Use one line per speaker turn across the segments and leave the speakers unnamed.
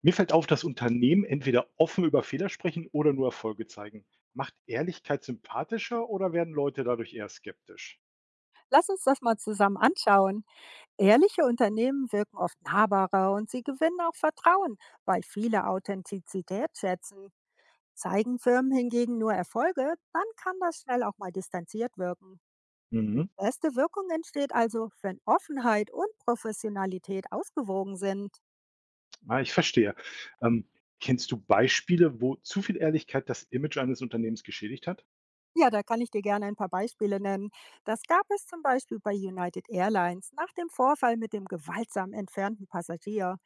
Mir fällt auf, dass Unternehmen entweder offen über Fehler sprechen oder nur Erfolge zeigen. Macht Ehrlichkeit sympathischer oder werden Leute dadurch eher skeptisch?
Lass uns das mal zusammen anschauen. Ehrliche Unternehmen wirken oft nahbarer und sie gewinnen auch Vertrauen, weil viele Authentizität schätzen. Zeigen Firmen hingegen nur Erfolge, dann kann das schnell auch mal distanziert wirken. Die
Mhm.
beste Wirkung entsteht also, wenn Offenheit und Professionalität ausgewogen sind.
Ah, ich verstehe. Ähm, kennst du Beispiele, wo zu viel Ehrlichkeit das Image eines Unternehmens geschädigt hat?
Ja, da kann ich dir gerne ein paar Beispiele nennen. Das gab es zum Beispiel bei United Airlines nach dem Vorfall mit dem gewaltsam entfernten Passagier.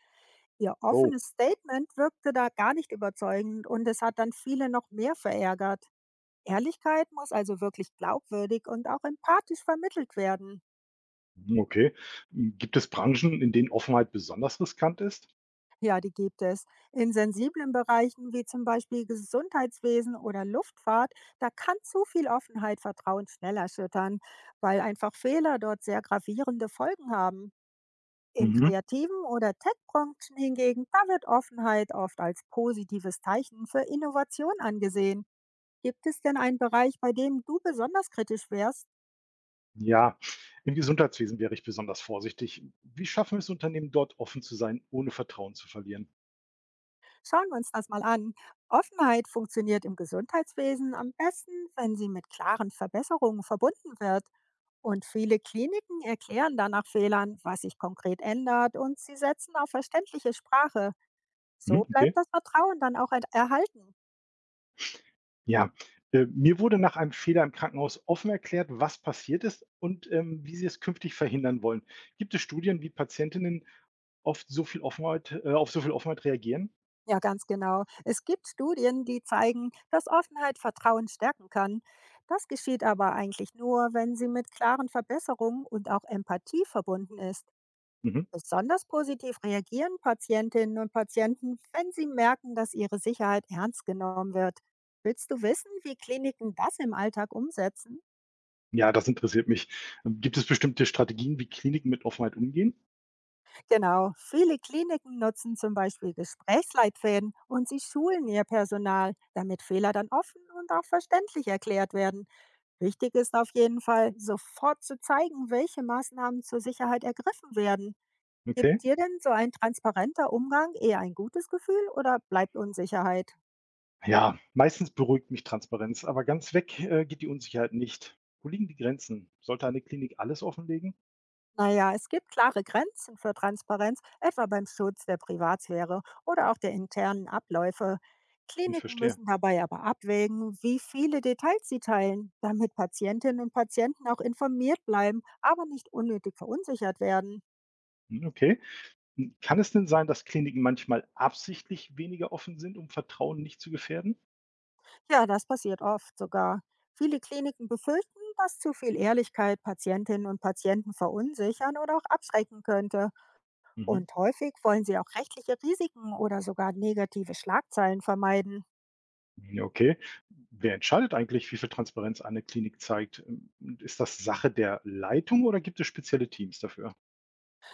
Ihr
Oh,
offenes Statement wirkte da gar nicht überzeugend und es hat dann viele noch mehr verärgert. Ehrlichkeit muss also wirklich glaubwürdig und auch empathisch vermittelt werden.
mhm, okay. Hm, gibt es Branchen, in denen Offenheit besonders riskant ist?
Ja, die gibt es. In sensiblen Bereichen wie zum Beispiel Gesundheitswesen oder Luftfahrt, da kann zu viel Offenheit Vertrauen schnell erschüttern, weil einfach Fehler dort sehr gravierende Folgen haben. In
Mhm.
kreativen oder Tech-Branchen hingegen, da wird Offenheit oft als positives Zeichen für Innovation angesehen. Gibt es denn einen Bereich, bei dem du besonders kritisch wärst?
Ja, im Gesundheitswesen wäre ich besonders vorsichtig. Wie schaffen es Unternehmen dort offen zu sein, ohne Vertrauen zu verlieren?
Schauen wir uns das mal an. Offenheit funktioniert im Gesundheitswesen am besten, wenn sie mit klaren Verbesserungen verbunden wird. Und viele Kliniken erklären dann nach Fehlern, was sich konkret ändert und sie setzen auf verständliche Sprache. So
Mhm, okay.
bleibt das Vertrauen dann auch erhalten.
Ja, mir wurde nach einem Fehler im Krankenhaus offen erklärt, was passiert ist und wie sie es künftig verhindern wollen. Gibt es Studien, wie Patientinnen oft so viel Offenheit, auf so viel Offenheit reagieren?
Ja, ganz genau. Es gibt Studien, die zeigen, dass Offenheit Vertrauen stärken kann. Das geschieht aber eigentlich nur, wenn sie mit klaren Verbesserungen und auch Empathie verbunden ist.
Mhm.
Besonders positiv reagieren Patientinnen und Patienten, wenn sie merken, dass ihre Sicherheit ernst genommen wird. Willst du wissen, wie Kliniken das im Alltag umsetzen?
Ja, das interessiert mich. Gibt es bestimmte Strategien, wie Kliniken mit Offenheit umgehen?
Genau, viele Kliniken nutzen zum Beispiel Gesprächsleitfäden und sie schulen ihr Personal, damit Fehler dann offen und auch verständlich erklärt werden. Wichtig ist auf jeden Fall, sofort zu zeigen, welche Maßnahmen zur Sicherheit ergriffen werden.
Okay.
Gibt dir denn so ein transparenter Umgang eher ein gutes Gefühl oder bleibt Unsicherheit?
Ja, meistens beruhigt mich Transparenz, aber ganz weg geht die Unsicherheit nicht. Wo liegen die Grenzen? Sollte eine Klinik alles offenlegen?
Naja, es gibt klare Grenzen für Transparenz, etwa beim Schutz der Privatsphäre oder auch der internen Abläufe.
Ich
Kliniken
verstehe.
müssen dabei aber abwägen, wie viele Details sie teilen, damit Patientinnen und Patienten auch informiert bleiben, aber nicht unnötig verunsichert werden.
Hm, okay. Kann es denn sein, dass Kliniken manchmal absichtlich weniger offen sind, um Vertrauen nicht zu gefährden?
Ja, das passiert oft sogar. Viele Kliniken befürchten, dass zu viel Ehrlichkeit Patientinnen und Patienten verunsichern oder auch abschrecken könnte.
Mhm.
Und häufig wollen sie auch rechtliche Risiken oder sogar negative Schlagzeilen vermeiden.
Ja, okay. Wer entscheidet eigentlich, wie viel Transparenz eine Klinik zeigt? Und ist das Sache der Leitung oder gibt es spezielle Teams dafür?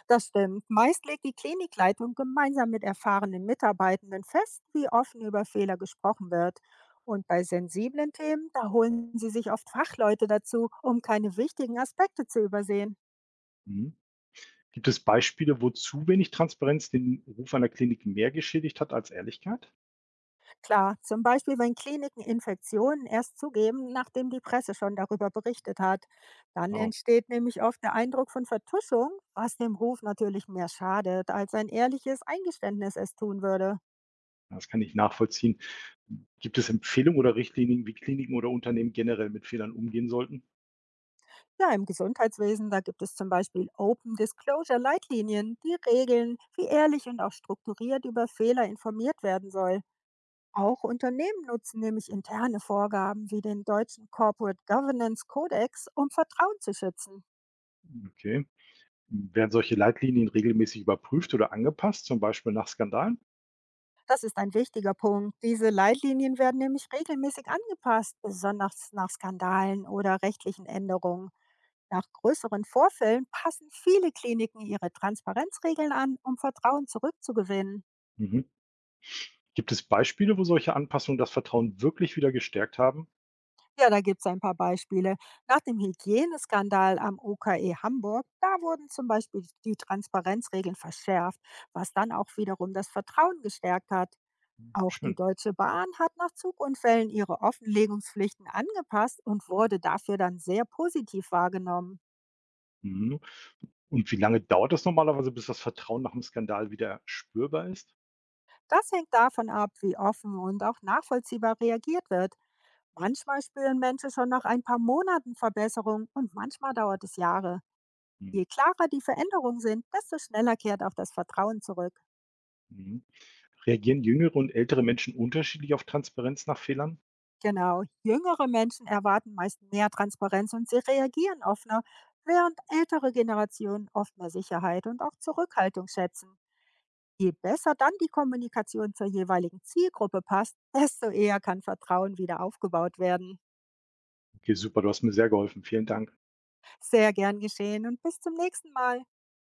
Das stimmt. Meist legt die Klinikleitung gemeinsam mit erfahrenen Mitarbeitenden fest, wie offen über Fehler gesprochen wird. Und bei sensiblen Themen, da holen sie sich oft Fachleute dazu, um keine wichtigen Aspekte zu übersehen.
Mhm. Gibt es Beispiele, wo zu wenig Transparenz den Ruf einer Klinik mehr geschädigt hat als Ehrlichkeit?
Klar, zum Beispiel, wenn Kliniken Infektionen erst zugeben, nachdem die Presse schon darüber berichtet hat. Dann
Oh,
entsteht nämlich oft der Eindruck von Vertuschung, was dem Ruf natürlich mehr schadet, als ein ehrliches Eingeständnis es tun würde.
das kann ich nachvollziehen. Gibt es Empfehlungen oder Richtlinien, wie Kliniken oder Unternehmen generell mit Fehlern umgehen sollten?
Ja, im Gesundheitswesen, da gibt es zum Beispiel Open Disclosure Leitlinien, die regeln, wie ehrlich und auch strukturiert über Fehler informiert werden soll. Auch Unternehmen nutzen nämlich interne Vorgaben wie den deutschen Corporate Governance Codex, um Vertrauen zu schützen.
Okay. Werden solche Leitlinien regelmäßig überprüft oder angepasst, zum Beispiel nach Skandalen?
Das ist ein wichtiger Punkt. Diese Leitlinien werden nämlich regelmäßig angepasst, besonders nach Skandalen oder rechtlichen Änderungen. Nach größeren Vorfällen passen viele Kliniken ihre Transparenzregeln an, um Vertrauen zurückzugewinnen.
Mhm. Gibt es Beispiele, wo solche Anpassungen das Vertrauen wirklich wieder gestärkt haben?
Ja, da gibt es ein paar Beispiele. Nach dem Hygieneskandal am OKE Hamburg, da wurden zum Beispiel die Transparenzregeln verschärft, was dann auch wiederum das Vertrauen gestärkt hat. Auch die
Schön.
Deutsche Bahn hat nach Zugunfällen ihre Offenlegungspflichten angepasst und wurde dafür dann sehr positiv wahrgenommen.
Mhm. Und wie lange dauert das normalerweise, bis das Vertrauen nach dem Skandal wieder spürbar ist?
Das hängt davon ab, wie offen und auch nachvollziehbar reagiert wird. Manchmal spüren Menschen schon nach ein paar Monaten Verbesserung und manchmal dauert es Jahre. Je
Mhm.
klarer die Veränderungen sind, desto schneller kehrt auch das Vertrauen zurück.
Mhm. Reagieren jüngere und ältere Menschen unterschiedlich auf Transparenz nach Fehlern?
Genau, jüngere Menschen erwarten meist mehr Transparenz und sie reagieren offener, während ältere Generationen oft mehr Sicherheit und auch Zurückhaltung schätzen. Je besser dann die Kommunikation zur jeweiligen Zielgruppe passt, desto eher kann Vertrauen wieder aufgebaut werden.
Okay, super, du hast mir sehr geholfen. Vielen Dank.
Sehr gern geschehen und bis zum nächsten Mal.